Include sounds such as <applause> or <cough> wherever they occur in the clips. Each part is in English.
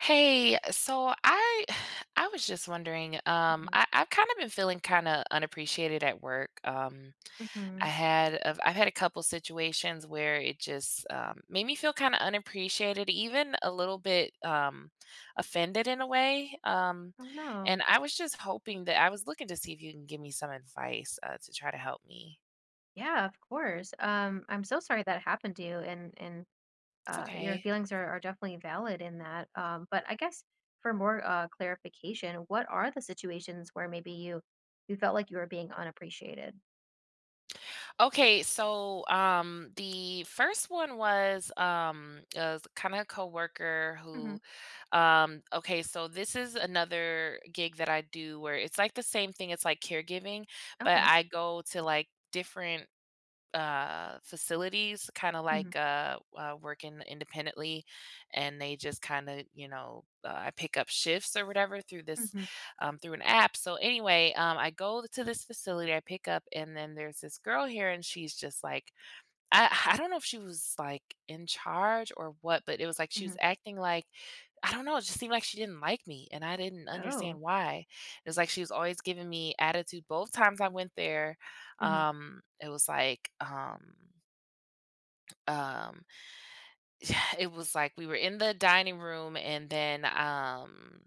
Hey, so I <sighs> I was just wondering, Mhm, I've kind of been feeling kind of unappreciated at work. I mhm. had I've had a couple situations where it just made me feel kind of unappreciated, even a little bit offended in a way. Oh, no. And I was just hoping that I was looking to see if you can give me some advice to try to help me. Yeah, of course. I'm so sorry that happened to you, and It's your okay. feelings are definitely valid in that. But I guess for more clarification, what are the situations where maybe you felt like you were being unappreciated? Okay, so the first one was a kind of coworker Hmm. who okay, so this is another gig that I do where it's like the same thing, it's like caregiving, but Okay. I go to like different facilities kind of Hmm. like working independently, and they just kind of, you know, I pick up shifts or whatever through this Hmm. Through an app. So anyway, I go to this facility, I pick up, and then there's this girl here, and she's just like, I don't know if she was, like, in charge or what, but it was like she Hmm. was acting like, I don't know, it just seemed like she didn't like me, and I didn't Oh. understand why. It was like she was always giving me attitude both times I went there. Hmm. It was like, um <sighs> It was like we were in the dining room, and then,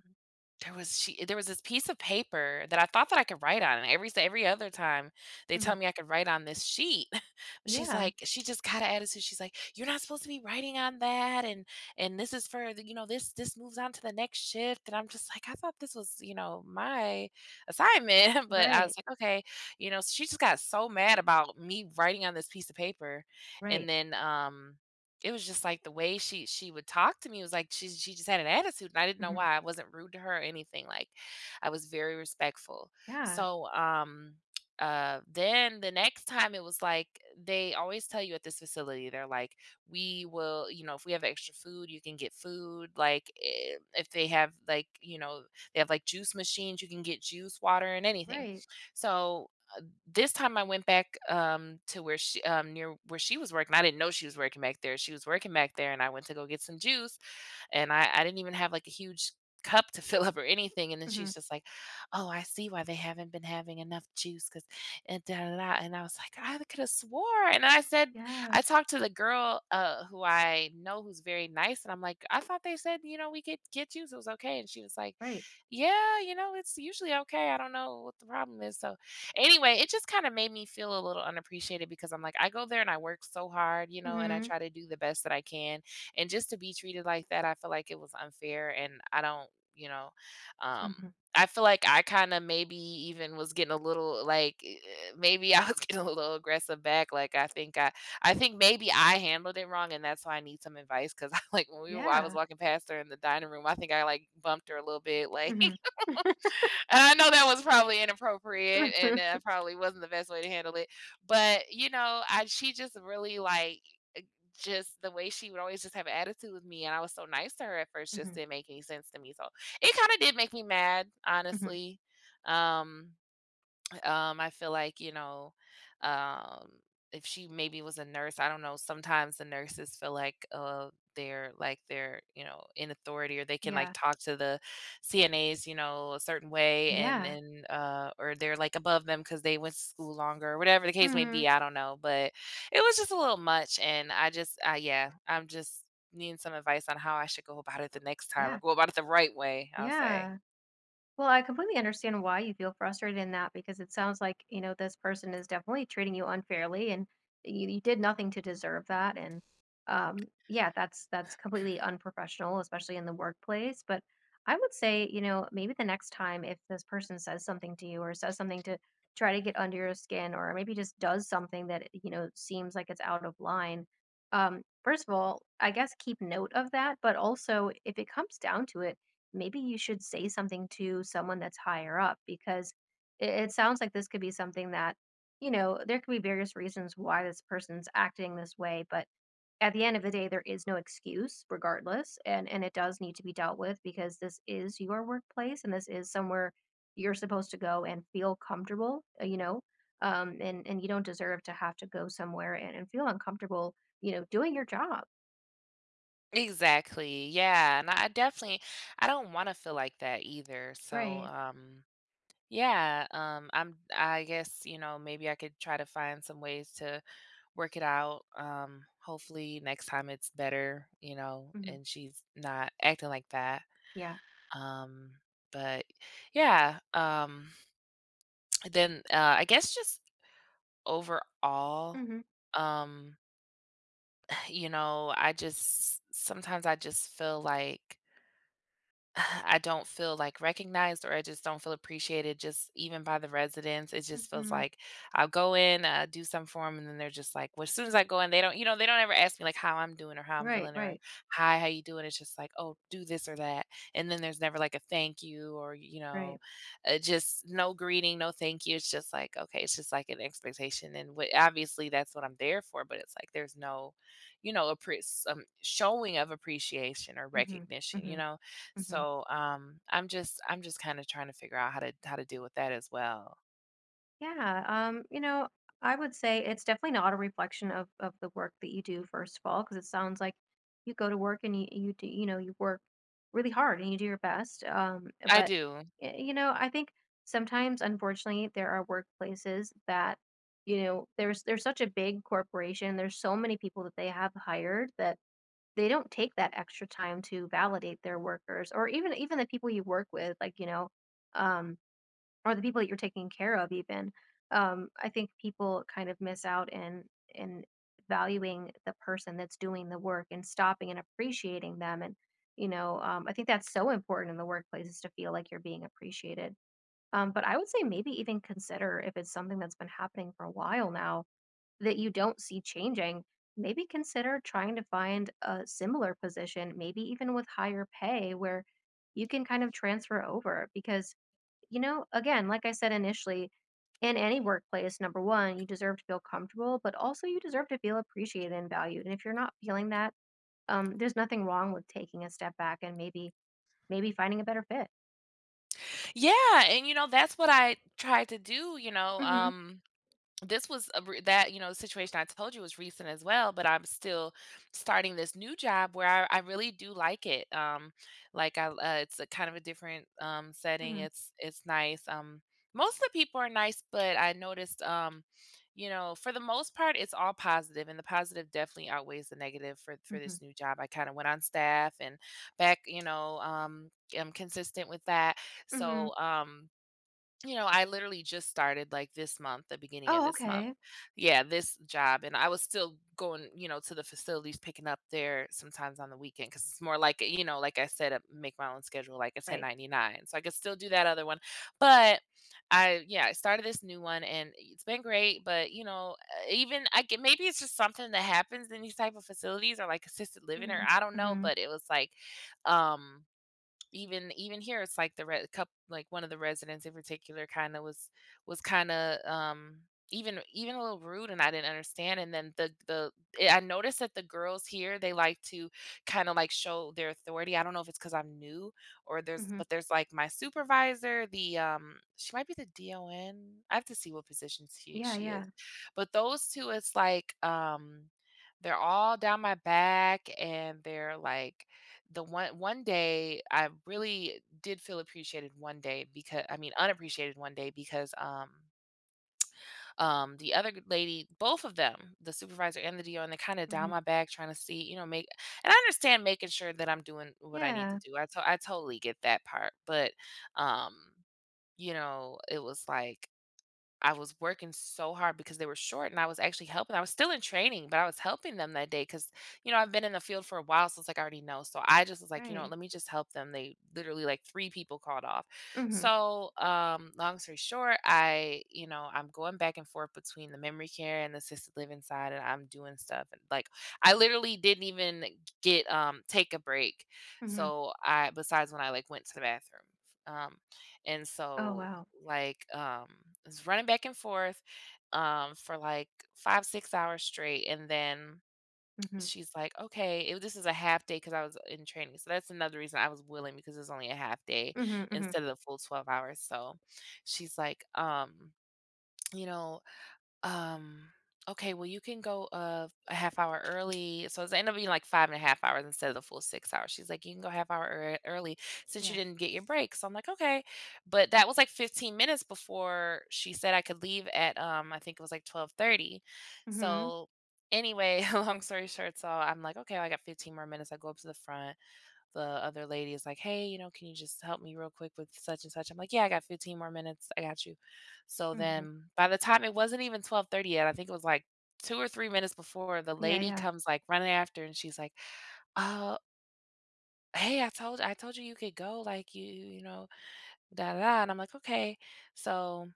there was she there was this piece of paper that I thought that I could write on, and every other time they Hmm. tell me I could write on this sheet. <laughs> But she's Yeah. like, she just got an attitude, she's like, "You're not supposed to be writing on that, and this is for the, you know, this moves on to the next shift," and I'm just like, "I thought this was, you know, my assignment," <laughs> but I Right. was like, "Okay," you know. So she just got so mad about me writing on this piece of paper, and Right. then, it was just like the way she would talk to me was like she just had an attitude, and I didn't know Hmm. why. I wasn't rude to her or anything. Like, I was very respectful. Yeah. So then the next time it was like, they always tell you at this facility, they're like, we will, you know, if we have extra food you can get food like if they have like, you know, they have like juice machines, you can get juice, water, and anything. Right. So this time I went back, to where she near where she was working. I didn't know she was working back there. She was working back there, and I went to go get some juice, and I didn't even have, like, a huge cup to <laughs> fill up or anything, and then Hmm. she's just like, "Oh, I see why they haven't been having enough juice." Because, and da da da, and I was like, "I coulda swore," and I said, Yeah. I talked to the girl, who I know, who's very nice, and I'm like, "I thought they said, you know, we could get juice, it was okay," and she was like, Right. "Yeah, you know, it's usually okay, I don't know what the problem is." So, anyway, it just kinda made me feel a little unappreciated because I'm like, I go there and I work so hard, you know, and I Hmm. try to do the best that I can, and just to be treated like that, I feel like it was unfair, and I don't, you know, um Hmm. I feel like I kind of maybe even was getting a little like maybe I was <laughs> getting a little aggressive back. Like, I think I think maybe I handled it wrong, and that's why I need some advice, because <laughs> like, when we were I was Yeah. walking past her in the dining room, I think I like bumped her a little bit like <laughs> and Hmm. I know that was probably inappropriate, <laughs> and that probably wasn't the best way to handle it. But, you know, I she just really like, just the way she would always just have an attitude with me, and I was so nice to her at first, just Hmm. didn't make any sense to me. So it kind of did make me mad, Hmm. honestly. Um I feel like, you know, um, if she maybe was a nurse, I don't know, sometimes the nurses feel like they're like, they're, you know, in authority, or they can like Yeah. talk to the CNAs, you know, a certain way, Yeah. and or they're like above them because they went to school longer or whatever the case may Mhm. be. I don't know. But it was just a little much, and I just yeah, I'm just needing some advice on how I should go about it the next time, Yeah. or go about it the right way, I'll say. Yeah. Well, I completely understand why you feel frustrated in that because it sounds like, you know, this person is definitely treating you unfairly and you did nothing to deserve that. And yeah, that's completely unprofessional, especially in the workplace. But I would say, you know, maybe the next time if this person says something to you or says something to try to get under your skin or maybe just does something that, you know, seems like it's out of line. First of all, I guess keep note of that, but also if it comes down to it, maybe you should say something to someone that's higher up because it sounds like this could be something that, you know, there could be various reasons why this person's acting this way, but at the end of the day, there is no excuse regardless. And it does need to be dealt with because this is your workplace and this is somewhere you're supposed to go and feel comfortable, you know, and you don't deserve to have to go somewhere and feel uncomfortable, you know, doing your job. Exactly. Yeah, and I definitely, I don't wanna feel like that either. So, Right. Yeah, I guess, you know, maybe I could try to find some ways to work it out. Hopefully next time it's better, you know, Hmm. and she's not acting like that. Yeah. Um, but yeah, <tsk> then, I guess just overall, Hmm. um, <sighs> you know, I just sometimes I just feel like <sighs> I don't feel like recognized, or I just don't feel appreciated, just even by the residents. It just feels Hmm. like I'll go in, do some for 'em, and then they're just like, well, as soon as I go in, they don't, you know, they don't ever ask me like how I'm doing or how I'm Right. feeling, or Right. hi, how you doing? It's just like, oh, do this or that. And then there's never like a thank you, or, you Right. know, just no greeting, no thank you. It's just like, okay, it's just like an expectation. And what, obviously that's what I'm there for, but it's like, there's no, you know, a some showing of appreciation or Mhm, recognition, you mhm, know? mhm. So, I'm just kinda trying to figure out how to deal with that as well. Yeah, you know, I would say it's definitely not a reflection of the work that you do, first of all, because it sounds like you go to work and you do, you know, you work really hard and you do your best. I But do. You know, I think sometimes, unfortunately, there are workplaces that, you know, there's such a big corporation, there's so many people that they have hired that they don't take that extra time to validate their workers or even the people you work with, like, you know, um, or the people that you're taking care of even, um, I think people kind of miss out in valuing the person that's doing the work and stopping and appreciating them and you know, I think that's so important in the workplace is to feel like you're being appreciated. But I would say maybe even consider if it's something that's been happening for a while now that you don't see changing. Maybe consider trying to find a similar position maybe even with higher pay where you can kind of transfer over because you know, again, like I said initially, in any workplace, number one, you deserve to feel comfortable, but also you deserve to feel appreciated and valued. And if you're not feeling that, there's nothing wrong with taking a step back and maybe finding a better fit. Yeah, and, you know, that's what I tried to do, you know, Mm-hmm. This was a re- that you know, situation I told you was recent as well, but I'm still starting this new job where I really do like it. Like I, it's a kind of a different setting. Mm-hmm. It's nice. Most of the people are nice, but I noticed you know, for the most part, it's all positive, and the positive definitely outweighs the negative for Mm-hmm. this new job. I kind of went on staff and back, you know, I'm consistent with that. Mm-hmm. So you know, I literally just started like this month, the beginning of Oh, this month. okay. Yeah, this job. And I was still going, you know, to the facilities, picking up there sometimes on the weekend, because it's more like, you know, like I said, I make my own schedule like a Right. 1099. So I could still do that other one. But I, yeah, I started this new one and it's been great. But, you know, even I get, maybe it's just something that happens in these type of facilities, or like assisted living, or Mm-hmm. I don't know. Mm-hmm. But it was like, um, even here it's like the red cup, like one of the residents in particular kind of was kind of even even a little rude, and I didn't understand. And then I noticed that the girls here, they like to kind of like show their authority. I don't know if it's because I'm new, or there's Mm-hmm. but there's like my supervisor, the she might be the DON. I have to see what position Yeah, she is. yeah. But those two, it's like, they're all down my back, and they're like, the one day I really did feel appreciated one day, because I mean unappreciated one day, because the other lady, both of them, the supervisor and the DO, and they kind of Mm-hmm. down my back trying to see, you know, make, and I understand making sure that I'm doing what I need to Yeah. do. I totally get that part, but um you know, it was like, I was working so hard because they were short, and I was actually helping. I was still in training, but I was helping them that day because, you know, I've been in the field for a while. So it's like I already know. So I just was like, you know, Right. let me just help them. They literally like three people called off. Mm-hmm. So long story short, I'm going back and forth between the memory care and the assisted living side, and I'm doing stuff. And like I literally didn't even get take a break. Mm-hmm. So I, besides when I like went to the bathroom. Um and Oh, so wow. like It's running back and forth for like 5 6 hours straight. And then Mm-hmm. she's like, okay, it, this is a half day because I was in training, so that's another reason I was willing, because it's only a half day Mm-hmm. Mm-hmm. instead of the full 12 hours. So she's like you know um, okay, well, you can go a half hour early. So it's ended up being like five and a half hours instead of the full 6 hours. She's like, you can go half hour early since you Yeah. didn't get your break. So I'm like, okay. But that was like 15 minutes before she said I could leave at I think it was like 12:30. Mm-hmm. So anyway, <laughs> long story short, so I'm like, okay, well, I got 15 more minutes. I go up to the front, the other lady is like, "Hey, you know, can you just help me real quick with such and such?" I'm like, "Yeah, I got 15 more minutes. I got you." So Mm-hmm. then by the time, it wasn't even 12:30 yet, I think it was like 2 or 3 minutes before, the Yeah, lady yeah. comes like running after, and she's like, "Uh, hey, I told you you could go, like you know, da da." And I'm like, "Okay." So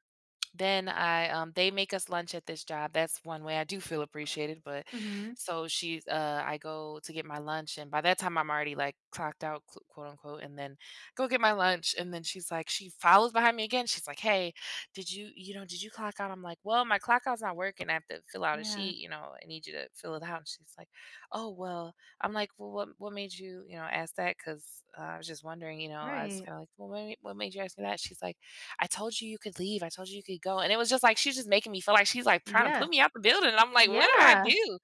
then I, they make us lunch at this job. That's one way I do feel appreciated. But Mm-hmm. so she's, I go to get my lunch, and by that time I'm already like clocked out, quote unquote, and then go get my lunch. And then she's like, she follows behind me again. She's like, hey, did you, you know, did you clock out? I'm like, well, my clock out's not working. I have to fill out a Yeah. sheet. You know, I need you to fill it out. And she's like, oh well. I'm like, well, what made you, ask that? Because I was just wondering. You know, I was Right. kind of like, well, what made you ask me that? She's like, I told you you could leave. I told you you could go. And it was just like, she's just making me feel like she's like trying to Yeah. put me out the building. And I'm like, what did I Yeah, do?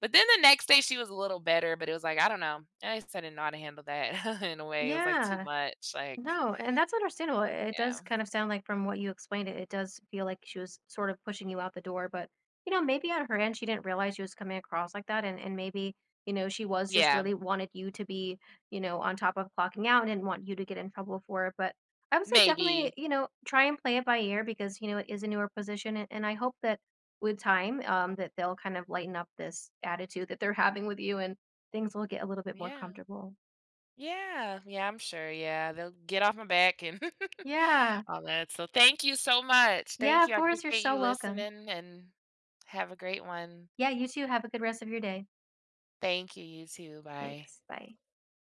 But then the next day she was a little better, but it was like, I don't know. I just didn't know how to handle that <laughs> in a way. It was like too yeah. much. Like, No, and that's understandable. It does yeah. kind of sound like from what you explained it, it does feel like she was sort of pushing you out the door, but you know, maybe on her end she didn't realize she was coming across like that and maybe, you know, she was just Yeah. really wanted you to be, you know, on top of clocking out and didn't want you to get in trouble for it, but I would say definitely, Maybe. you know, try and play it by ear because, you know, it is a newer position and I hope that with time that they'll kind of lighten up this attitude that they're having with you and things will get a little bit more Yeah. comfortable. Yeah. Yeah. I'm sure. Yeah. They'll get off my back and <laughs> Yeah. all that. So thank you so much. Yeah, Thank of you. I course, you're appreciate so you welcome. listening, and have a great one. Yeah, you too, have a good rest of your day. Thank you. You too. Bye. Thanks, bye.